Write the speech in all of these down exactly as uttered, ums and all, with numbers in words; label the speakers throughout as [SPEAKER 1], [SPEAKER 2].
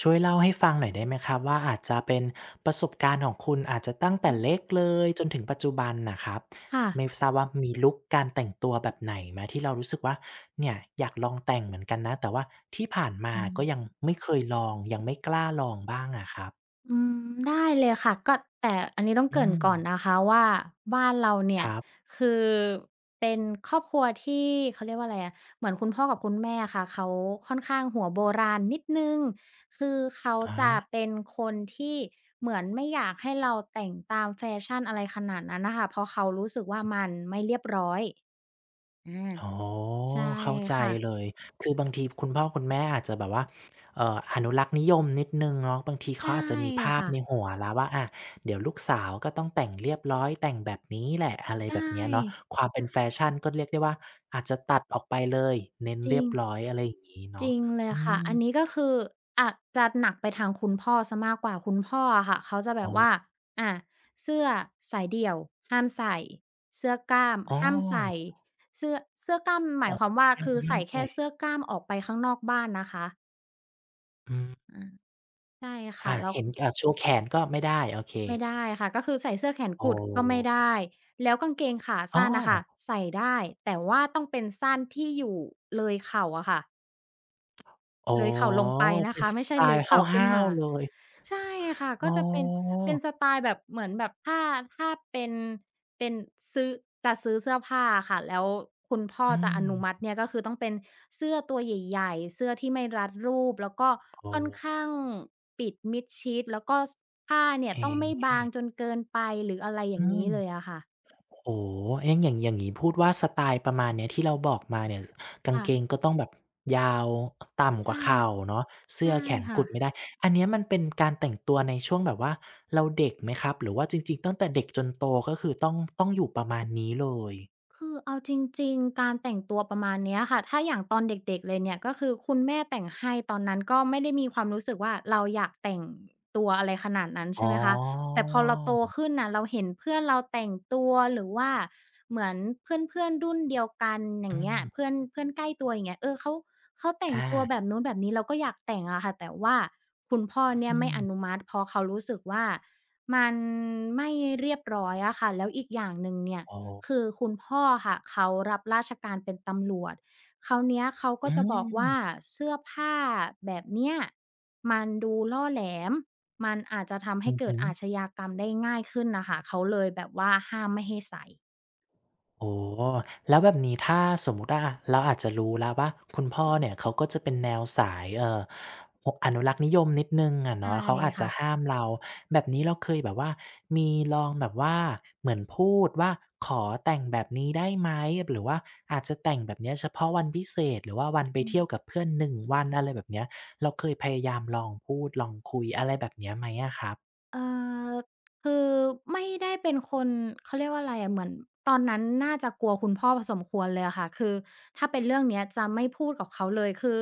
[SPEAKER 1] ช่วยเล่าให้ฟังหน่อยได้ไหมครับว่าอาจจะเป็นประสบการณ์ของคุณอาจจะตั้งแต่
[SPEAKER 2] อืม
[SPEAKER 1] เล็กเลยจนถึงปัจจุบันนะครับ
[SPEAKER 2] ค่ะ
[SPEAKER 1] ไม่ทราบว่ามีลุกการแต่งตัวแบบไหนไหมที่เรารู้สึกว่าเนี่ยอยากลองแต่งเหมือนกันนะแต่ว่าที่ผ่านมา
[SPEAKER 2] อื
[SPEAKER 1] ก็ยัง
[SPEAKER 2] ม
[SPEAKER 1] ไม่เคยลองยังไม่กล้าลองบ้างอะครับ
[SPEAKER 2] อืมได้เลยค่ะ ก็แต่อันนี้ต้องเก
[SPEAKER 1] อื
[SPEAKER 2] ริ่น
[SPEAKER 1] ม
[SPEAKER 2] ก่อนนะคะว่าบ้านเราเนี่
[SPEAKER 1] ค
[SPEAKER 2] ย
[SPEAKER 1] รับ
[SPEAKER 2] คือเป็นครอบครัวที่เขาเรียกว่าอะไรอะเหมือนคุณพ่อกับคุณแม่อะค่ะเขาค่อนข้างหัวโบราณนิดหนึ่งคือเขา
[SPEAKER 1] อา
[SPEAKER 2] จะเป็นคนที่เหมือนไม่อยากให้เราแต่งตามแฟชั่นอะไรขนาดนั้นน่ะค่ะเพราะเขารู้สึกว่ามันไม่เรียบร้อย
[SPEAKER 1] อ๋อ
[SPEAKER 2] ใช่
[SPEAKER 1] เข้าใจ
[SPEAKER 2] ค่ะ
[SPEAKER 1] เลยคือบางทีคุณพ่อคุณแม่อาจจะแบบว่าเอ่ออนุรักษ์นิยมนิดหนึ่งเนาะบางทีเขา
[SPEAKER 2] ใช่
[SPEAKER 1] อาจจะมีภาพ
[SPEAKER 2] ค่ะ
[SPEAKER 1] ในหัวแล้วว่าอาเดี๋ยวลูกสาวก็ต้องแต่งเรียบร้อยแต่งแบบนี้แหละอะไร
[SPEAKER 2] ใช
[SPEAKER 1] แบบเนี้ยเนาะ
[SPEAKER 2] ่
[SPEAKER 1] ความเป็นแฟ
[SPEAKER 2] ค่ะ
[SPEAKER 1] ชั่นก็เรียกได้ว่าอาจจะตัดออกไปเลยเน้น
[SPEAKER 2] จ
[SPEAKER 1] เรี
[SPEAKER 2] ริ
[SPEAKER 1] ย
[SPEAKER 2] ง
[SPEAKER 1] บร้อยอะไรอย่างงี้
[SPEAKER 2] จ
[SPEAKER 1] เนาะ
[SPEAKER 2] ริงเลย
[SPEAKER 1] อื
[SPEAKER 2] ค่ะ
[SPEAKER 1] ม
[SPEAKER 2] อันนี้ก็คืออาจจะหนักไปทางคุณพ่อเสียมากกว่าคุณพ่ออะค่ะเขาจะแบ
[SPEAKER 1] อ๋อ
[SPEAKER 2] บว่าอาเสื้อสายเดี่ยวห้ามใส่เสื้อกล้าม
[SPEAKER 1] อ๋
[SPEAKER 2] ห้ามใส่
[SPEAKER 1] อ
[SPEAKER 2] เสื้อเสื้อกล้ามห
[SPEAKER 1] อ๋
[SPEAKER 2] มา
[SPEAKER 1] อ
[SPEAKER 2] ยความว่า
[SPEAKER 1] ห้าม
[SPEAKER 2] คือ
[SPEAKER 1] ห้าม
[SPEAKER 2] ใส่แค่
[SPEAKER 1] ใส่
[SPEAKER 2] เสื้อกล้ามออกไปข้างนอกบ้านนะคะ
[SPEAKER 1] อืม
[SPEAKER 2] อาใช่ค่ะ
[SPEAKER 1] อา
[SPEAKER 2] แล้ว
[SPEAKER 1] เห็นอ่าชูแขนก็ไม่ได้โอเค
[SPEAKER 2] ไม่ได้ค่ะ ก็คือใส่เสื้อแขน
[SPEAKER 1] อ๋อ
[SPEAKER 2] กุดก็ไม่ได้ แล้วกางเกงขา
[SPEAKER 1] อ้อ
[SPEAKER 2] สั้นน่ะค่ะใส่ได้ แต่ว่าต้องเป็นสั้นที่อยู่เลยเข่าอะค่ะ
[SPEAKER 1] อ๋อ
[SPEAKER 2] เลยเข่าลงไปนะ
[SPEAKER 1] เป็น
[SPEAKER 2] คะ
[SPEAKER 1] ส
[SPEAKER 2] ไม่
[SPEAKER 1] ไต
[SPEAKER 2] ใช่เลย
[SPEAKER 1] ล์
[SPEAKER 2] เข่าขึ้น
[SPEAKER 1] ห้าว
[SPEAKER 2] มา
[SPEAKER 1] ๆเลย
[SPEAKER 2] ใช่ค่ะ
[SPEAKER 1] อ๋
[SPEAKER 2] ก็จะเป็น
[SPEAKER 1] อ
[SPEAKER 2] เป็นสไตล์แบบเหมือนแบบถ้าถ้าเป็นเป็นซื้อจะซื้อเสื้อผ้าอะค่ะแล้วคุณพ่อ
[SPEAKER 1] อื
[SPEAKER 2] จะอนุมัติ
[SPEAKER 1] ม
[SPEAKER 2] เนี่ยก็คือต้องเป็นเสื้อตัวใหญ่ๆเสื้อที่ไม่รัดรูปแล้วก็ค่อน
[SPEAKER 1] โอ
[SPEAKER 2] ข้างปิดมิดชิดแล้วก็สผ้าเนี่ย
[SPEAKER 1] เ
[SPEAKER 2] ต้องไม่
[SPEAKER 1] ค
[SPEAKER 2] บางจนเกินไปหรืออะไรอย่า
[SPEAKER 1] อื
[SPEAKER 2] งงี้
[SPEAKER 1] ม
[SPEAKER 2] เลยอะค่ะ
[SPEAKER 1] โอ้โฮเอ้ะอย่างอย่างงี้พูดว่าสไตล์ประมาณเนี้ยที่เราบอกมาเนี่ยกางเกง
[SPEAKER 2] ค่ะ
[SPEAKER 1] ก็ต้องแบบยาวต่ำกว่า
[SPEAKER 2] ใช่
[SPEAKER 1] เข่าเนาะเสื้อ
[SPEAKER 2] ใช่
[SPEAKER 1] แขน
[SPEAKER 2] ค่ะ
[SPEAKER 1] กุดไม่ได้อันเนี้ยมันเป็นการแต่งตัวในช่วงแบบว่าเราเด็กไหมครับหรือว่าจริงๆตั้งแต่เด็กจนโตก็คือต้องต้องอยู่ประมาณนี้เลย
[SPEAKER 2] คือเอาจริงๆการแต่งตัวประมาณเนี้ยค่ะถ้าอย่างตอนเด็กๆเลยเนี่ยก็คือคุณแม่แต่งให้ตอนนั้นก็ไม่ได้มีความรู้สึกว่าเราอยากแต่งตัวอะไรขนาดนั้น
[SPEAKER 1] อ๋อ
[SPEAKER 2] ใช่ไหมคะแต่พอเราโตขึ้นน่ะเราเห็นเพื่อนเราแต่งตัวหรือว่าเหมือนเพื่อนๆรุ่นเดียวกันอย่า
[SPEAKER 1] อื
[SPEAKER 2] งเงี้ยเพื่
[SPEAKER 1] ม
[SPEAKER 2] อนเพื่อนใกล้ตัวอย่างเงี้ยเออเขาเขาแต่งตัวแบ
[SPEAKER 1] อา
[SPEAKER 2] บนู้นแบบนี้เราก็อยากแต่งอะค่ะแต่ว่าคุณพ่อเนี่
[SPEAKER 1] อื
[SPEAKER 2] ยไม่อนุ
[SPEAKER 1] ม
[SPEAKER 2] มัติเพราะเขารู้สึกว่ามันไม่เรียบร้อยอะค่ะแล้วอีกอย่างหนึ่งเนี่ย
[SPEAKER 1] อ๋อ
[SPEAKER 2] คือคุณพ่อค่ะเขารับราชการเป็นตำรวจคราวเนี้ยเขาก็
[SPEAKER 1] อื
[SPEAKER 2] จะบอกว่า
[SPEAKER 1] ม
[SPEAKER 2] เสื้อผ้าแบบเนี้ยมันดูล่อแหลมมันอาจจะทำ
[SPEAKER 1] อื
[SPEAKER 2] ให้
[SPEAKER 1] อ
[SPEAKER 2] เกิ
[SPEAKER 1] ฮึ
[SPEAKER 2] ดอาชญากรรมได้ง่ายขึ้นน่ะค่ะเขาเลยแบบว่าห้ามไม่ให้ใส่
[SPEAKER 1] โอ้แล้วแบบนี้ถ้าสมมุติว่าเราอาจจะรู้แล้วว่าคุณพ่อเนี่ยเขาก็จะเป็นแนวสายเอ่อออนุรักษ์นิยมนิดหนึ่งอะ
[SPEAKER 2] ใช่
[SPEAKER 1] เนาะเขาอาจจะ
[SPEAKER 2] ค่ะ
[SPEAKER 1] ห้ามเราแบบนี้เราเคยแบบว่ามีลองแบบว่าเหมือนพูดว่าขอแต่งแบบนี้ได้ไหมหรือว่าอาจจะแต่งแบบเนี้ยเฉพาะวันพิเศษหรือว่าวันไป
[SPEAKER 2] อื
[SPEAKER 1] เที่ยวกับ
[SPEAKER 2] ม
[SPEAKER 1] เพื่อนหนึ่งวันอะไรแบบเนี้ยเราเคยพยายามลองพูดลองคุยอะไรแบบเนี้ยไหมอะครับ
[SPEAKER 2] เอ่อคือไม่ได้เป็นคนเขาเรียกว่าอะไรอะเหมือนตอนนั้นน่าจะกลัวคุณพ่อพอสมควรเลยอะค่ะคือถ้าเป็นเรื่องเนี้ยจะไม่พูดกับเขาเลยคือ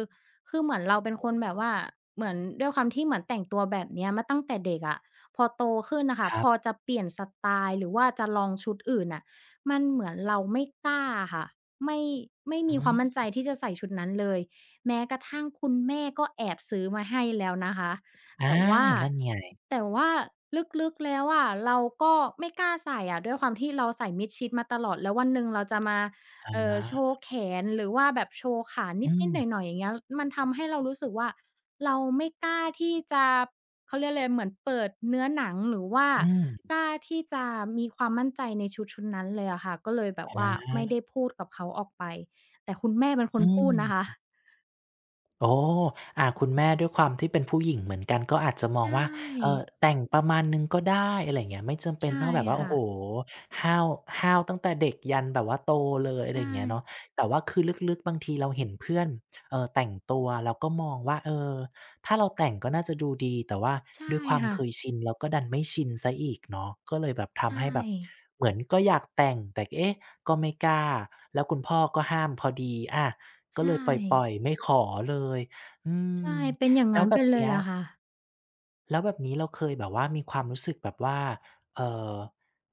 [SPEAKER 2] คือเหมือนเราเป็นคนแบบว่าเหมือนด้วยความที่เหมือนแต่งตัวแบบเนี้ยมาตั้งแต่เด็กอะพอโตขึ้นน่ะค่ะ
[SPEAKER 1] ครั
[SPEAKER 2] พ
[SPEAKER 1] บ
[SPEAKER 2] อจะเปลี่ยนสไตล์หรือว่าจะลองชุดอื่นน่ะมันเหมือนเราไม่กล้าอะค่ะไม่ไม่
[SPEAKER 1] อื
[SPEAKER 2] มีความมั่นใจ
[SPEAKER 1] ม
[SPEAKER 2] ที่จะใส่ชุดนั้นเลยแม้กระทั่งคุณแม่ก็แอบซื้อมาให้แล้วนะคะ
[SPEAKER 1] อา
[SPEAKER 2] แต่ว่า
[SPEAKER 1] นั่นไง
[SPEAKER 2] แต่ว่าลึกๆแล้วอะเราก็ไม่กล้าใส่อะด้วยความที่เราใส่มิดชิดมาตลอดแล้ววันหนึ่งเราจะมา
[SPEAKER 1] อะ
[SPEAKER 2] เอ่อโช
[SPEAKER 1] ฮะ
[SPEAKER 2] ว์แขนหรือว่าแบบโชว์ขา
[SPEAKER 1] อื
[SPEAKER 2] นิ
[SPEAKER 1] ม
[SPEAKER 2] ดๆหน่อยๆอย่างเงี้ยมันทำให้เรารู้สึกว่าเราไม่กล้าที่จะเขาเรียกอะไรเหมือนเปิดเนื้อหนังหรือว่า
[SPEAKER 1] อืม
[SPEAKER 2] กล้าที่จะมีความมั่นใจในชุดชุดนั้นเลยอะค่ะก็เลยแบบว่า
[SPEAKER 1] อา
[SPEAKER 2] ไม่ได้พูดกับเขาออกไปแต่คุณแม่เป็นค
[SPEAKER 1] อื
[SPEAKER 2] นพูดนะคะ
[SPEAKER 1] มโอ้อ่าคุณแม่ด้วยความที่เป็นผู้หญิงเหมือนกันก็อาจจะมอง
[SPEAKER 2] ใช่
[SPEAKER 1] ว่าเอ่อแต่งประมาณหนึ่งก็ได้อะไรอย่างเงี้ยไม่จำเป็น
[SPEAKER 2] ใช่
[SPEAKER 1] ต้องแบบว่าโอ้
[SPEAKER 2] ค่ะ
[SPEAKER 1] โฮห้าวห้าวตั้งแต่เด็กยันแบบว่าโตเลยอะไร
[SPEAKER 2] ใช่
[SPEAKER 1] อย่างเงี้ยเนาะแต่ว่าคือลึกๆบางทีเราเห็นเพื่อนเอ่อแต่งตัวเราก็มองว่าเออถ้าเราแต่งก็น่าจะดูดีแต่ว่า
[SPEAKER 2] ใช่
[SPEAKER 1] ด้วยความ
[SPEAKER 2] ค่ะ
[SPEAKER 1] เคยชินเราก็ดันไม่ชินเสียอีกเนาะก็เลยแบบทำ
[SPEAKER 2] ใช่
[SPEAKER 1] ให้แบบเหมือนก็อยากแต่งแต่เอ๊ะก็ไม่กล้าแล้วคุณพ่อก็ห้ามพอดีอา ก็เล
[SPEAKER 2] ใช่
[SPEAKER 1] ยปล่อยๆไม่ขอเลยอืม
[SPEAKER 2] ใช่ เป็นอย่าง
[SPEAKER 1] แล้ว
[SPEAKER 2] งั้น
[SPEAKER 1] แบ
[SPEAKER 2] ไป
[SPEAKER 1] บ
[SPEAKER 2] เล
[SPEAKER 1] เนี้
[SPEAKER 2] ย
[SPEAKER 1] ย
[SPEAKER 2] อะค่ะ
[SPEAKER 1] แล้วแบบนี้เราเคยแบบว่ามีความรู้สึกแบบว่าเอ่อ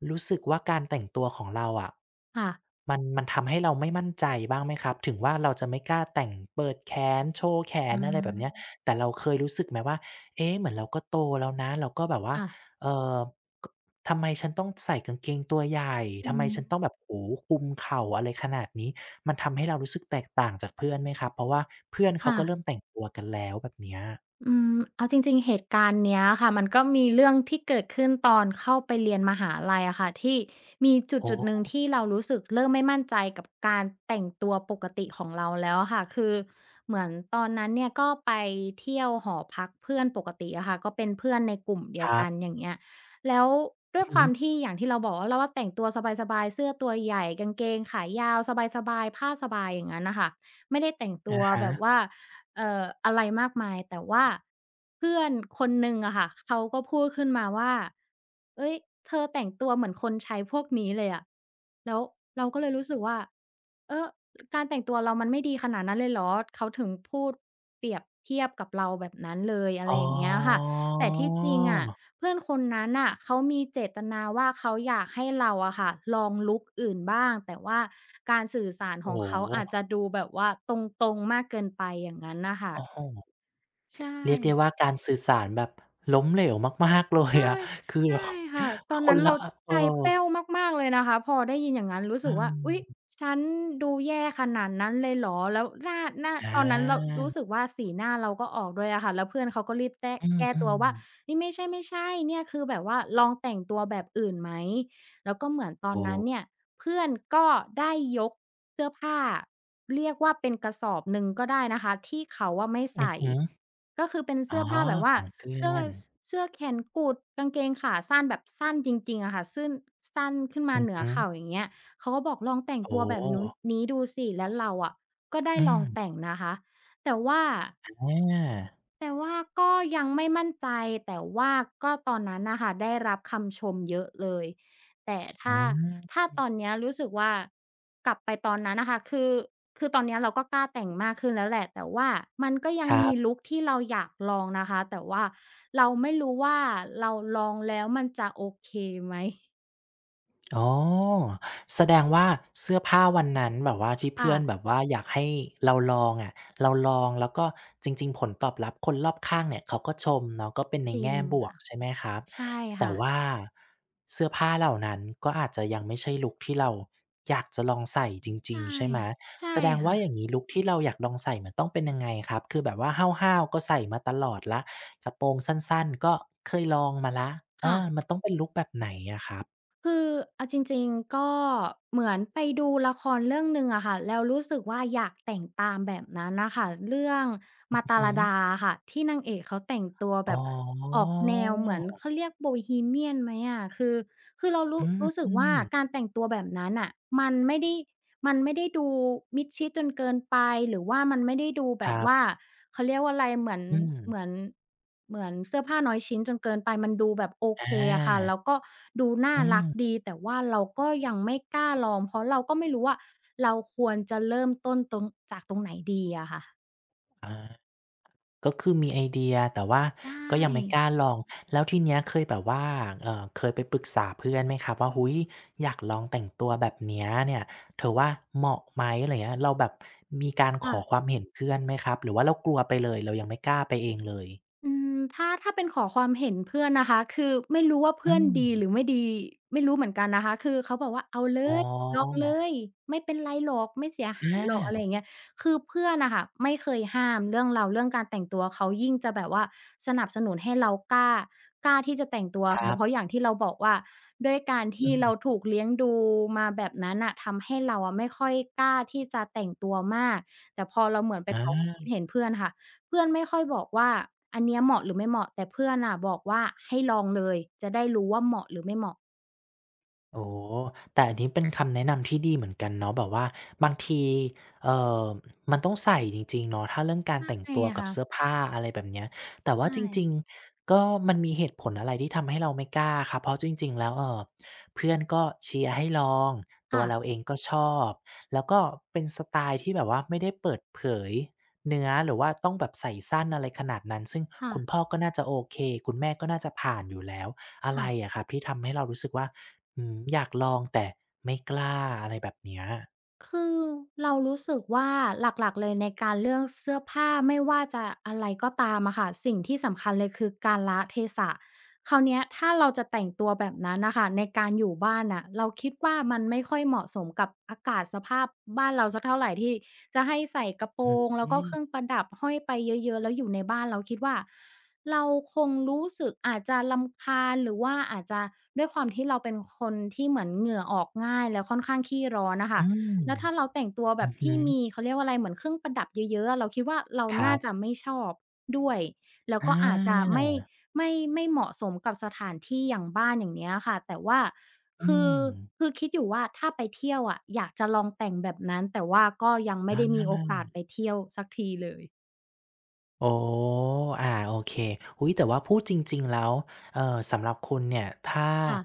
[SPEAKER 1] รู้สึกว่าการแต่งตัวของเราอะ
[SPEAKER 2] ค่ะ
[SPEAKER 1] มันมันทำให้เราไม่มั่นใจบ้างไหมครับ ถึงว่าเราจะไม่กล้าแต่งเปิดแขนโชว์แข
[SPEAKER 2] อ
[SPEAKER 1] นอะไรแบบเนี้ย
[SPEAKER 2] า
[SPEAKER 1] แต่เราเคยรู้สึกไหมว่าเอ๊ะเหมือนเราก็โตแล้วนะเราก็แบบว่า
[SPEAKER 2] ค่ะ
[SPEAKER 1] เอ่อกทำไมฉันต้องใส่กางเกงตัวใหญ่
[SPEAKER 2] อื
[SPEAKER 1] ทำไม
[SPEAKER 2] ม
[SPEAKER 1] ฉันต้องแบบโอ้โฮคุมเข่าอะไรขนาดนี้มันทำให้เรารู้สึกแตกต่างจากเพื่อนไหมครับเพราะว่าเพื่อนเขา
[SPEAKER 2] ค่ะ
[SPEAKER 1] ก็เริ่มแต่งตัวกันแล้วแบบเนี้ย
[SPEAKER 2] อืมเอาจริงๆเหตุการณ์เนี้ยค่ะมันก็มีเรื่องที่เกิดขึ้นตอนเข้าไปเรียนมหาลัยอะค่ะที่มีจุด
[SPEAKER 1] อ๋อ
[SPEAKER 2] จดหนึ่งที่เรารู้สึกเริ่มไม่มั่นใจกับการแต่งตัวปกติของเราแล้วอะค่ะคือเหมือนตอนนั้นเนี่ยก็ไปเที่ยวหอพักเพื่อนปกติอะค่ะก็เป็นเพื่อนในกลุ่มเดี
[SPEAKER 1] ค
[SPEAKER 2] ยว
[SPEAKER 1] รั
[SPEAKER 2] กั
[SPEAKER 1] บ
[SPEAKER 2] นอย่างเงี้ยแล้วด้
[SPEAKER 1] อื
[SPEAKER 2] ว
[SPEAKER 1] อ
[SPEAKER 2] ยควา
[SPEAKER 1] ฮึ
[SPEAKER 2] มที่อย่างที่เราบอกว่าเราว่าแต่งตัวสบายๆเสื้อตัวใหญ่กางเกงขายาวสบายๆผ้าสบายอย่างงั้นน่ะค่ะไม่ได้แต่งตั
[SPEAKER 1] อะ
[SPEAKER 2] วแบบ
[SPEAKER 1] ฮะ
[SPEAKER 2] ว่า เอ่ออะไรมากมายแต่ว่าเพื่อนคนหนึ่งอะค่ะเขาก็พูดขึ้นมาว่าเฮ้ยเธอแต่งตัวเหมือนคนใช้พวกนี้เลยอะแล้วเราก็เลยรู้สึกว่าเออการแต่งตัวเรามันไม่ดีขนาดนั้นเลยเหรอเขาถึงพูดเปรียบเทียบกับเราแบบนั้นเลยอะ
[SPEAKER 1] อ๋
[SPEAKER 2] ไรอย่างเงี้ยค่ะ
[SPEAKER 1] อ
[SPEAKER 2] แต่ที่จริงอะ เพื่อนคนนั้นน่ะเขามีเจตนาว่าเขาอยากให้เราอะค่ะลองลุคอื่นบ้างแต่ว่าการสื่อสารข
[SPEAKER 1] โอ้โ
[SPEAKER 2] องเขา
[SPEAKER 1] ฮ
[SPEAKER 2] อาจจะดูแบบว่าตรงๆมากเกินไปอย่างงั้นน่ะค่ะ
[SPEAKER 1] โอ้โฮ
[SPEAKER 2] ใช่
[SPEAKER 1] เรียกได้ว่าการสื่อสารแบบล้มเหลวมากๆเลย
[SPEAKER 2] ใช่
[SPEAKER 1] อะคือแบบ
[SPEAKER 2] ใช่ค่ะตอน
[SPEAKER 1] ค
[SPEAKER 2] นั้
[SPEAKER 1] น
[SPEAKER 2] น
[SPEAKER 1] ละ
[SPEAKER 2] เรา
[SPEAKER 1] เออ
[SPEAKER 2] ใจแป้วมากๆเลยนะคะพอได้ยินอย่างงั้นรู้
[SPEAKER 1] อื
[SPEAKER 2] สึกว่าอุ๊ย
[SPEAKER 1] ม
[SPEAKER 2] ฉันดูแย่ขนาดนั้นเลยเหรอแล้วหน้าหน้า
[SPEAKER 1] อา
[SPEAKER 2] ตอนนั้นเรารู้สึกว่าสีหน้าเราก็ออกด้วยอะค่ะแล้วเพื่อนเขาก็รีบแต้
[SPEAKER 1] อ
[SPEAKER 2] แก้
[SPEAKER 1] ื
[SPEAKER 2] ตัว
[SPEAKER 1] ม
[SPEAKER 2] ว่า
[SPEAKER 1] ๆ
[SPEAKER 2] นี่ไม่ใช่ๆเนี่ยคือแบบว่าลองแต่งตัวแบบอื่นไหม แล้วก็เหมือนตอ
[SPEAKER 1] โอ
[SPEAKER 2] นนั้นเนี่
[SPEAKER 1] ้
[SPEAKER 2] ยเพื่อนก็ได้ยกเสื้อผ้าเรียกว่าเป็นกระสอบหนึ่งก็ได้นะคะที่เขาอะไม่
[SPEAKER 1] อือ
[SPEAKER 2] ใส่
[SPEAKER 1] ฮึ
[SPEAKER 2] ก็คือเป็น
[SPEAKER 1] อ๋อ
[SPEAKER 2] เสื้อผ้าแบบ
[SPEAKER 1] ข
[SPEAKER 2] ว่า
[SPEAKER 1] องเพื่
[SPEAKER 2] เสื้
[SPEAKER 1] อ
[SPEAKER 2] อ
[SPEAKER 1] น
[SPEAKER 2] เสื้อแขนกุดกางเกงขาสั้นแบบสั้นจริงๆอะค่ะซึ่นสั้นขึ้นมา
[SPEAKER 1] อือ
[SPEAKER 2] เหนือ
[SPEAKER 1] ฮึ
[SPEAKER 2] เข่าอย่างเงี้ยเขาก็บอกลองแต่ง
[SPEAKER 1] โอ้
[SPEAKER 2] ตัวแบบนู้นนี้ดูสิแล้วเราอะก็ได้
[SPEAKER 1] อื
[SPEAKER 2] ลอง
[SPEAKER 1] ม
[SPEAKER 2] แต่งนะคะแต่ว่า
[SPEAKER 1] อา
[SPEAKER 2] แต่ว่าก็ยังไม่มั่นใจแต่ว่าก็ตอนนั้นน่ะค่ะได้รับคำชมเยอะเลยแต่
[SPEAKER 1] อื
[SPEAKER 2] ถ้าถ้าตอน
[SPEAKER 1] ม
[SPEAKER 2] เนี้ยรู้สึกว่ากลับไปตอนนั้นน่ะค่ะคือคือตอนเนี้ยเราก็กล้าแต่งมากขึ้นแล้วแหละแต่ว่ามันก็ยั
[SPEAKER 1] ค
[SPEAKER 2] ง
[SPEAKER 1] รั
[SPEAKER 2] มี
[SPEAKER 1] บ
[SPEAKER 2] ลุกที่เราอยากลองนะคะแต่ว่าเราไม่รู้ว่าเราลองแล้วมันจะโอเคไหม
[SPEAKER 1] อ๋อแสดงว่าเสื้อผ้าวันนั้นแบบว่าที่เพื่
[SPEAKER 2] ค่ะ
[SPEAKER 1] อนแบบว่าอยากให้เราลองอะเราลองแล้วก็จริงๆผลตอบรับคนรอบข้างเนี่ยเขาก็ชมเนาะก็เป็นใน
[SPEAKER 2] จริ
[SPEAKER 1] แง่
[SPEAKER 2] ง
[SPEAKER 1] บวก
[SPEAKER 2] ค่ะ
[SPEAKER 1] ใช่ไหมครับ
[SPEAKER 2] ใช่
[SPEAKER 1] แต่
[SPEAKER 2] ค่ะ
[SPEAKER 1] ว่าเสื้อผ้าเหล่านั้นก็อาจจะยังไม่ใช่ลุกที่เราอยากจะลองใส่จริง
[SPEAKER 2] ใช่
[SPEAKER 1] ๆใช่ไหม
[SPEAKER 2] ใช่
[SPEAKER 1] แสดงว่าอย่า
[SPEAKER 2] ค่ะ
[SPEAKER 1] งงี้ลุกที่เราอยากลองใส่มันต้องเป็นยังไงครับคือแบบว่าห้าวๆก็ใส่มาตลอดแล้วกระโปรงสั้นๆก็เคยลองมาแล้วเอ
[SPEAKER 2] ค่ะ
[SPEAKER 1] อมันต้องเป็นลุกแบบไหนอะครับ
[SPEAKER 2] คือเอาจริงๆก็เหมือนไปดูละครเรื่องหนึ่งอะค่ะแล้วรู้สึกว่าอยากแต่งตามแบบนั้นน่ะค่ะเรื่อง
[SPEAKER 1] อือ
[SPEAKER 2] มาตา
[SPEAKER 1] ฮึ
[SPEAKER 2] ลดาค่ะที่นางเอกเขาแต่งตัว
[SPEAKER 1] อ๋
[SPEAKER 2] แบ
[SPEAKER 1] อ
[SPEAKER 2] บออกแนวเหมือนเขาเรียก โบฮีเมียน ไหมอะคือคือเรา
[SPEAKER 1] อื
[SPEAKER 2] รู้
[SPEAKER 1] ม
[SPEAKER 2] รู้สึก
[SPEAKER 1] อืม
[SPEAKER 2] ว่าการแต่งตัวแบบนั้นน่ะมันไม่ได้ มันไม่ได้ดูมิดชิดจนเกินไปหรือว่ามันไม่ได้ดูแบ
[SPEAKER 1] ค
[SPEAKER 2] บ
[SPEAKER 1] รั
[SPEAKER 2] ว่า
[SPEAKER 1] บ
[SPEAKER 2] เขาเรียกว่าอะไรเหมือน
[SPEAKER 1] อืม
[SPEAKER 2] เหมือนเหมือนเสื้อผ้าน้อยชิ้นจนเกินไปมันดูแบบโอเค
[SPEAKER 1] อา
[SPEAKER 2] อะค่ะแล้วก็ดูน่า
[SPEAKER 1] อื
[SPEAKER 2] รัก
[SPEAKER 1] ม
[SPEAKER 2] ดีแต่ว่าเราก็ยังไม่กล้าลองเพราะเราก็ไม่รู้ว่าเราควรจะเริ่มต้นตรงจากตรงไหนดีอะค่ะ
[SPEAKER 1] อาก็คือมีไอเดียแต่ว่า
[SPEAKER 2] ใช
[SPEAKER 1] ก็ยังไม่ก
[SPEAKER 2] ่
[SPEAKER 1] ล้าลองแล้วทีเนี้ยเคยแบบว่าเอ่อเคยไปปรึกษาเพื่อนไหมครับว่าอุ๊ยอยากลองแต่งตัวแบบเนี้ยเนี่ยเธอว่าเหมาะไหมอะไรเงี้ยเราแบบมีการข
[SPEAKER 2] ค่ะ
[SPEAKER 1] อความเห็นเพื่อนไหมครับหรือว่าเรากลัวไปเลยเรายังไม่กล้าไปเองเลย
[SPEAKER 2] อืมถ้าถ้าเป็นขอความเห็นเพื่อนนะคะคือไม่รู้ว่าเพื่
[SPEAKER 1] อื
[SPEAKER 2] อน
[SPEAKER 1] ม
[SPEAKER 2] ดีหรือไม่ดีไม่รู้เหมือนกันนะคะคือเขาบอกว่าเอาเล
[SPEAKER 1] อ๋อ
[SPEAKER 2] ยลองเลยไม่เป็นไรหรอกไม่เสียหา
[SPEAKER 1] อ
[SPEAKER 2] ยหรอกอะไรอ
[SPEAKER 1] า
[SPEAKER 2] ย่างเงี้ยคือเพื่อนน่ะค่ะไม่เคยห้ามเรื่องเราเรื่องการแต่งตัวเขายิ่งจะแบบว่าสนับสนุนให้เรากล้ากล้าที่จะแต่งตัว
[SPEAKER 1] ครั
[SPEAKER 2] ค่ะเพราะ
[SPEAKER 1] บ
[SPEAKER 2] อย่างที่เราบอกว่าด้วยการ
[SPEAKER 1] อื
[SPEAKER 2] ที่เรา
[SPEAKER 1] ม
[SPEAKER 2] ถูกเลี้ยงดูมาแบบนั้นน่ะทำให้เราอะไม่ค่อยกล้าที่จะแต่งตัวมากแต่พอเราเหมือนไป
[SPEAKER 1] อา
[SPEAKER 2] ขอความคิดเห็นเพื่อนค่ะ เพื่อนไม่ค่อยบอกว่าอันเนี้ยเหมาะหรือไม่เหมาะแต่เพื่อนน่ะบอกว่าให้ลองเลยจะได้รู้ว่าเหมาะหรือไม่เหมาะ
[SPEAKER 1] โอ้แต่อันนี้เป็นคำแนะนำที่ดีเหมือนกันเนาะแบบว่าบางทีเอ่อมันต้องใส่จริงๆเนาะถ้าเรื่องการแต่ง
[SPEAKER 2] ใช่
[SPEAKER 1] ตัวกับเสื้อ
[SPEAKER 2] ค่ะ
[SPEAKER 1] ผ้าอะไรแบบเนี้ยแต่ว่าจ
[SPEAKER 2] ใช่
[SPEAKER 1] ริงๆก็มันมีเหตุผลอะไรที่ทำให้เราไม่กล้าครับเพราะจริงๆแล้วเอ่อเพื่อนก็เชียร์ให้ลองตัว
[SPEAKER 2] ค่ะ
[SPEAKER 1] เราเองก็ชอบแล้วก็เป็นสไตล์ที่แบบว่าไม่ได้เปิดเผยเนื้อหรือว่าต้องแบบใส่สั้นอะไรขนาดนั้นซึ่ง
[SPEAKER 2] ๆ
[SPEAKER 1] คุณพ่อก็น่าจะโอเคคุณแม่ก็น่าจะผ่านอยู่แล้วอะไร
[SPEAKER 2] ค่ะ
[SPEAKER 1] อะครับที่ทำให้เรารู้สึกว่า อืมอยากลองแต่ไม่กล้าอะไรแบบเนี้ย
[SPEAKER 2] คือเรารู้สึกว่าหลักๆเลยในการเลือกเสื้อผ้าไม่ว่าจะอะไรก็ตามอะค่ะสิ่งที่สำคัญเลยคือการละเทศะคราวเนี้ยถ้าเราจะแต่งตัวแบบนั้นน่ะค่ะในการอยู่บ้านน่ะเราคิดว่ามันไม่ค่อยเหมาะสมกับอากาศสภาพบ้านเราสักเท่าไรที่จะให้ใส่กระโป
[SPEAKER 1] อื
[SPEAKER 2] ร
[SPEAKER 1] ม
[SPEAKER 2] งแล้
[SPEAKER 1] อื
[SPEAKER 2] วก็
[SPEAKER 1] ม
[SPEAKER 2] เครื่องประดับห้อยไปเยอะๆแล้วอยู่ในบ้านเราคิดว่าเราคงรู้สึกอาจจะรำคาญหรือว่าอาจจะด้วยความที่เราเป็นคนที่เหมือนเหงื่อออกง่ายแล้วค่อนข้างขี้ร้อนน่ะค่ะ แล้วถ้าเราแต่งตัวแบ
[SPEAKER 1] อื
[SPEAKER 2] บ
[SPEAKER 1] อฮึ
[SPEAKER 2] ที่มีเขาเรียกว่าอะไรเหมือนเครื่องประดับเยอะๆอะเราคิดว่าเรา
[SPEAKER 1] ครั
[SPEAKER 2] น่าจะ
[SPEAKER 1] บ
[SPEAKER 2] ไม่ชอบด้วยแล้ว
[SPEAKER 1] อ
[SPEAKER 2] ก็อาจจะ
[SPEAKER 1] า
[SPEAKER 2] ไม่ไม่ไม่เหมาะสมกับสถานที่อย่างบ้านอย่างเงี้ยค่ะแต่ว่า
[SPEAKER 1] อื
[SPEAKER 2] คือ
[SPEAKER 1] ม
[SPEAKER 2] คือคิดอยู่ว่าถ้าไปเที่ยวอะอยากจะลองแต่งแบบนั้นแต่ว่าก็ยังไม่ได้มี
[SPEAKER 1] อา
[SPEAKER 2] โอกาสไปเที่ยวสักทีเลย
[SPEAKER 1] โอ้อ่าโอเคอุ๊ยแต่ว่าพูดจริงๆ แล้วเอ่อสำหรับคุณเนี่ย ถ้า
[SPEAKER 2] ค่ะ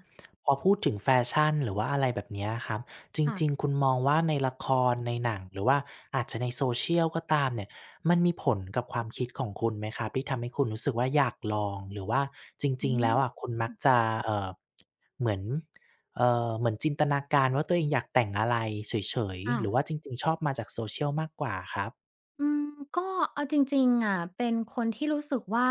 [SPEAKER 1] พอพูดถึงแฟชั่นหรือว่าอะไรแบบเนี้ยครับ จริง
[SPEAKER 2] ค่ะ
[SPEAKER 1] ๆ คุณมองว่าในละครในหนังหรือว่าอาจจะใน Social ก็ตามเนี่ยมันมีผลกับความคิดของคุณไหมครับที่ทำให้คุณรู้สึกว่าอยากลองหรือว่าจ
[SPEAKER 2] อื
[SPEAKER 1] ริงๆ แล้ว
[SPEAKER 2] ม
[SPEAKER 1] อะคุณมักจะเอ่อเหมือนเอ่อเหมือนจินตนาการว่าตัวเองอยากแต่งอะไรเฉย
[SPEAKER 2] ค่ะ
[SPEAKER 1] ๆหรือว่าจริงๆชอบมาจาก Social มากกว่าครับ
[SPEAKER 2] อืมก็เอาจริงๆอะเป็นคนที่รู้สึกว่า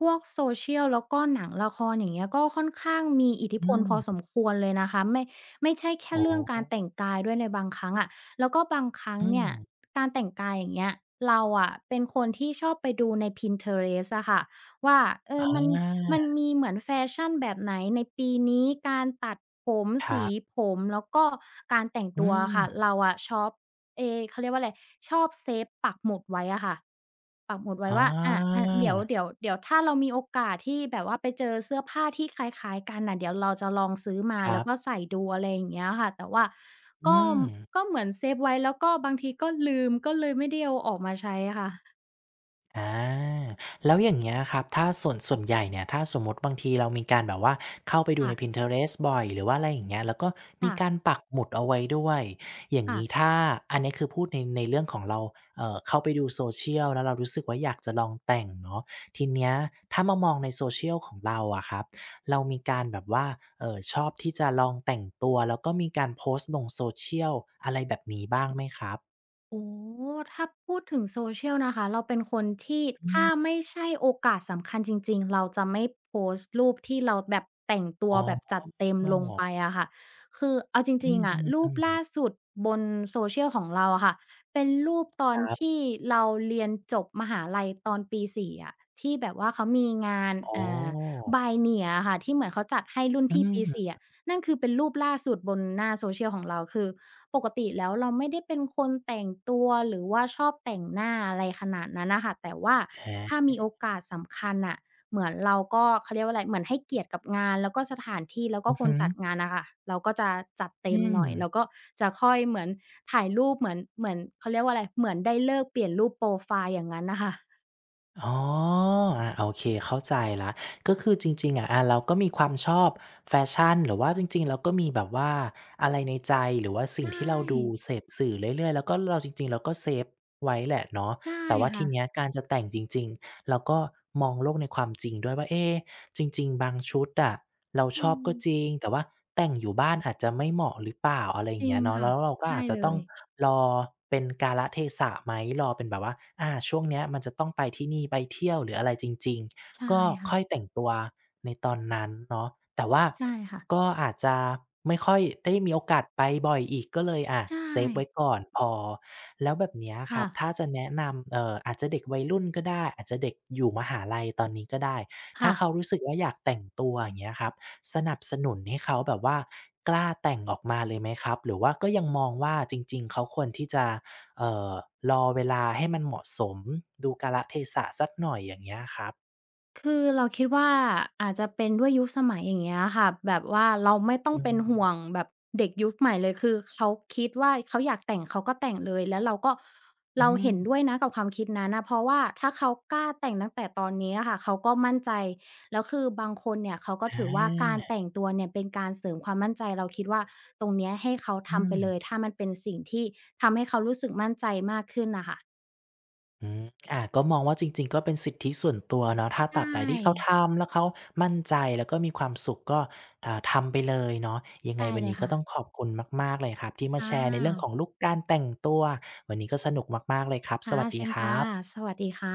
[SPEAKER 2] พวก โซเชียล แล้วก็หนังละครอย่างเงี้ยก็ค่อนข้างมีอิทธิพ
[SPEAKER 1] อื
[SPEAKER 2] ลพอส
[SPEAKER 1] ม
[SPEAKER 2] มควรเลยนะคะไม่ไม่ใช่แค่
[SPEAKER 1] โอ้
[SPEAKER 2] เรื่องการแต่งกายด้วยในบางครั้งอะแล้วก็บางครั้ง
[SPEAKER 1] อืม
[SPEAKER 2] เนี่ยการแต่งกายอย่างเงี้ยเราอะเป็นคนที่ชอบไปดูใน พินเทอเรสต์ อะค่ะว่าเอ
[SPEAKER 1] อ
[SPEAKER 2] อมันมัน
[SPEAKER 1] า
[SPEAKER 2] มีเหมือนแฟชั่นแบบไหนในปีนี้การตัดผม
[SPEAKER 1] ครั
[SPEAKER 2] สี
[SPEAKER 1] บ
[SPEAKER 2] ผมแล้วก็การแต่ง
[SPEAKER 1] อื
[SPEAKER 2] ตัวอะ
[SPEAKER 1] ม
[SPEAKER 2] ค่ะเราอะชอบ เอเขาเรียกว่าอะไรชอบเซฟปักหมุดไว้อะค่ะปักหมุดไว้
[SPEAKER 1] อ๋
[SPEAKER 2] ว่าอา
[SPEAKER 1] อ
[SPEAKER 2] ๆเดี๋ยว เดี๋ยวเดี๋ยวถ้าเรามีโอกาสที่แบบว่าไปเจอเสื้อผ้าที่คล้ายๆกันน่ะเดี๋ยวเราจะลองซื้อมา
[SPEAKER 1] ครั
[SPEAKER 2] แล้วก็
[SPEAKER 1] บ
[SPEAKER 2] ใส่ดูอะไรอย่างเงี้ยค่ะแต่ว่าก็
[SPEAKER 1] อืม
[SPEAKER 2] ก็เหมือนเซฟไว้แล้วก็บางทีก็ลืมก็เลยไม่ได้เอาออกมาใช้ค่ะ
[SPEAKER 1] อาแล้วอย่างเงี้ยครับถ้าส่วนส่วนใหญ่เนี่ยถ้าสมมุติบางทีเรามีการแบบว่าเข้าไปดูใน
[SPEAKER 2] ค่ะ
[SPEAKER 1] พินเทอเรสต์ บ่อยหรือว่าอะไรอย่างเงี้ยแล้วก็มี
[SPEAKER 2] ค่ะ
[SPEAKER 1] การปักหมุดเอาไว้ด้วยอย่าง
[SPEAKER 2] ค่ะ
[SPEAKER 1] งี้ถ้าอันเนี้ยคือพูดในในเรื่องของเราเอ่อเข้าไปดู Social แล้วเรารู้สึกว่าอยากจะลองแต่งเนาะทีเนี้ยถ้ามามองใน Social ของเราอะครับเรามีการแบบว่าเอ่อชอบที่จะลองแต่งตัวแล้วก็มีการโพสต์ลง Social อะไรแบบนี้บ้างไหมครับ
[SPEAKER 2] โอ้ ถ้าพูดถึง Social นะคะ เราเป็นคนที่
[SPEAKER 1] อื
[SPEAKER 2] ถ้า
[SPEAKER 1] ม
[SPEAKER 2] ไม่ใช่โอกาสสำคัญจริงๆ เราจะไม่โพสต์รูปที่เราแบบแต่งตั
[SPEAKER 1] อ๋
[SPEAKER 2] วแบบ
[SPEAKER 1] อ
[SPEAKER 2] จัดเต็มลงไปอะค่ะคือเอาจ
[SPEAKER 1] อื
[SPEAKER 2] ริงๆอะรูป
[SPEAKER 1] มๆ
[SPEAKER 2] ล่า
[SPEAKER 1] ๆ
[SPEAKER 2] สุดบน Social ของเราอะค่ะเป็นรูปตอ
[SPEAKER 1] ค
[SPEAKER 2] น
[SPEAKER 1] รับ
[SPEAKER 2] ที่เราเรียนจบมหาลัยตอนปีสี่อะที่แบบว่าเขามีงาน
[SPEAKER 1] อ๋
[SPEAKER 2] อ่า
[SPEAKER 1] อ
[SPEAKER 2] Biennial อะค่ะที่เหมือนเขาจัดให้รุ่น
[SPEAKER 1] อื
[SPEAKER 2] พี่
[SPEAKER 1] ม
[SPEAKER 2] ปีสี่
[SPEAKER 1] อ
[SPEAKER 2] อะนั่นคือเป็นรูปล่าสุดบนหน้า Social ของเราคือ ปกติแล้วเราไม่ได้เป็นคนแต่งตัวหรือว่าชอบแต่งหน้าอะไรขนาดนั้นน่ะค่ะแต่ว่า
[SPEAKER 1] ฮ
[SPEAKER 2] ถ้ามีโอกาสสำคัญน่ะเหมือนเราก็เขาเรียกว่าอะไรเหมือนให้เกียรติกับงานแล้วก็สถานที่แล้วก็
[SPEAKER 1] อือ
[SPEAKER 2] คน
[SPEAKER 1] ฮึ
[SPEAKER 2] จัดงานน่ะค่ะเราก็จะจัดเต็
[SPEAKER 1] อื
[SPEAKER 2] มหน่อย
[SPEAKER 1] ม
[SPEAKER 2] แล้วก็จะค่อยเหมือนถ่ายรูปเหมือนเหมือนเขาเรียกว่าอะไรเหมือนได้ฤกษ์เปลี่ยนรูปโพรไฟล์อย่างงั้นน่ะค่ะ
[SPEAKER 1] อ๋ออาโอเคเข้าใจแล้วก็คือจริงๆอะอาเราก็มีความชอบแฟชั่นหรือว่าจริงๆเราก็มีแบบว่าอะไรในใจหรือว่าสิ่
[SPEAKER 2] ใช
[SPEAKER 1] งที่เราดู
[SPEAKER 2] ่
[SPEAKER 1] เสพสื่อเรื่อยๆแล้วก็เราจริงๆเราก็เซฟไว้แหละเนาะ
[SPEAKER 2] ใช่
[SPEAKER 1] แต่ว่าที
[SPEAKER 2] ค่ะ
[SPEAKER 1] เนี้ยการจะแต่งจริงๆเราก็มองโลกในความจริงด้วยว่าเอ๊จริงๆบางชุดอะ เราช
[SPEAKER 2] อื
[SPEAKER 1] อบ
[SPEAKER 2] ม
[SPEAKER 1] ก็จริงแต่ว่าแต่งอยู่บ้านอาจจะไม่เหมาะหรือเปล่าอะไรอ
[SPEAKER 2] จ
[SPEAKER 1] ย่าง
[SPEAKER 2] ริ
[SPEAKER 1] เงี้
[SPEAKER 2] ง
[SPEAKER 1] ยเนาะ
[SPEAKER 2] ค่ะ
[SPEAKER 1] แล้วเราก็
[SPEAKER 2] ใช่
[SPEAKER 1] อาจจะ
[SPEAKER 2] เล
[SPEAKER 1] ต้อง
[SPEAKER 2] ย
[SPEAKER 1] รอเป็นกาลเทศะไหมรอเป็นแบบว่าอาช่วงเนี้ยมันจะต้องไปที่นี่ไปเที่ยวหรืออะไรจริง
[SPEAKER 2] ใช่
[SPEAKER 1] ๆก็
[SPEAKER 2] ค่ะ
[SPEAKER 1] ค่อยแต่งตัวในตอนนั้นเนาะแต่ว่า
[SPEAKER 2] ใช่ค่ะ
[SPEAKER 1] ก็อาจจะไม่ค่อยได้มีโอกาสไปบ่อยอีกก็เลยอา
[SPEAKER 2] ใช่
[SPEAKER 1] เซฟไว้ก่อนพอแล้วแบบเนี้ยครั
[SPEAKER 2] ค่ะ
[SPEAKER 1] บถ้าจะแนะนำเอ่ออาจจะเด็กวัยรุ่นก็ได้อาจจะเด็กอยู่มหาลัยตอนนี้ก็ได้ถ้า
[SPEAKER 2] ค่ะ
[SPEAKER 1] เขารู้สึกว่าอยากแต่งตัวอย่างเงี้ยครับ สนับสนุนให้เขาแบบว่ากล้าแต่งออกมาเลยไหมครับหรือว่าก็ยังมองว่าจริงๆเขาควรที่จะเอ่อรอเวลาให้มันเหมาะสมดูกาลเทศะสักหน่อยอย่างเงี้ยครับ
[SPEAKER 2] คือเราคิดว่าอาจจะเป็นด้วยยุคสมัยอย่างเงี้ยค่ะแบบว่าเราไม่ต้อง
[SPEAKER 1] อื
[SPEAKER 2] เป็
[SPEAKER 1] ม
[SPEAKER 2] นห่วงแบบเด็กยุคใหม่เลยคือเขาคิดว่าเขาอยากแต่งเขาก็แต่งเลยแล้วเราก็
[SPEAKER 1] อื
[SPEAKER 2] เรา
[SPEAKER 1] ม
[SPEAKER 2] เห็นด้วยนะกับความคิดนั้นน่ะเพราะว่าถ้าเขากล้าแต่งตั้งแต่ตอนนี้อะค่ะเขาก็มั่นใจแล้วคือบางคนเนี่ยเขาก็ถือว่าการ
[SPEAKER 1] อา
[SPEAKER 2] แต่งตัวเนี่ยเป็นการเสริมความมั่นใจเราคิดว่าตรงเนี้ยให้เขา
[SPEAKER 1] อื
[SPEAKER 2] ทำไป
[SPEAKER 1] ม
[SPEAKER 2] เลยถ้ามันเป็นสิ่งที่ทำให้เขารู้สึกมั่นใจมากขึ้นน่ะค่ะ
[SPEAKER 1] อืมอาก็มองว่าจริงๆก็เป็นสิทธิส่วนตัวเนาะถ้า
[SPEAKER 2] ใช
[SPEAKER 1] ตราบใดที่เขา
[SPEAKER 2] ่
[SPEAKER 1] ทำแล้วเขามั่นใจแล้วก็มีความสุขก็อ่าทำไปเลยเนาะยังไง
[SPEAKER 2] ใช่
[SPEAKER 1] วัน
[SPEAKER 2] เลย
[SPEAKER 1] นี้ก็
[SPEAKER 2] ค่ะ
[SPEAKER 1] ต้องขอบคุณมากๆเลยครับที่มาแช
[SPEAKER 2] อา
[SPEAKER 1] ร์ในเรื่องของลุกการแต่งตัววันนี้ก็สนุกมากๆเลยครับส
[SPEAKER 2] ค่ะ
[SPEAKER 1] วัสดี
[SPEAKER 2] เช่น
[SPEAKER 1] ค
[SPEAKER 2] ก่
[SPEAKER 1] รับ
[SPEAKER 2] สวัสดีค่ะ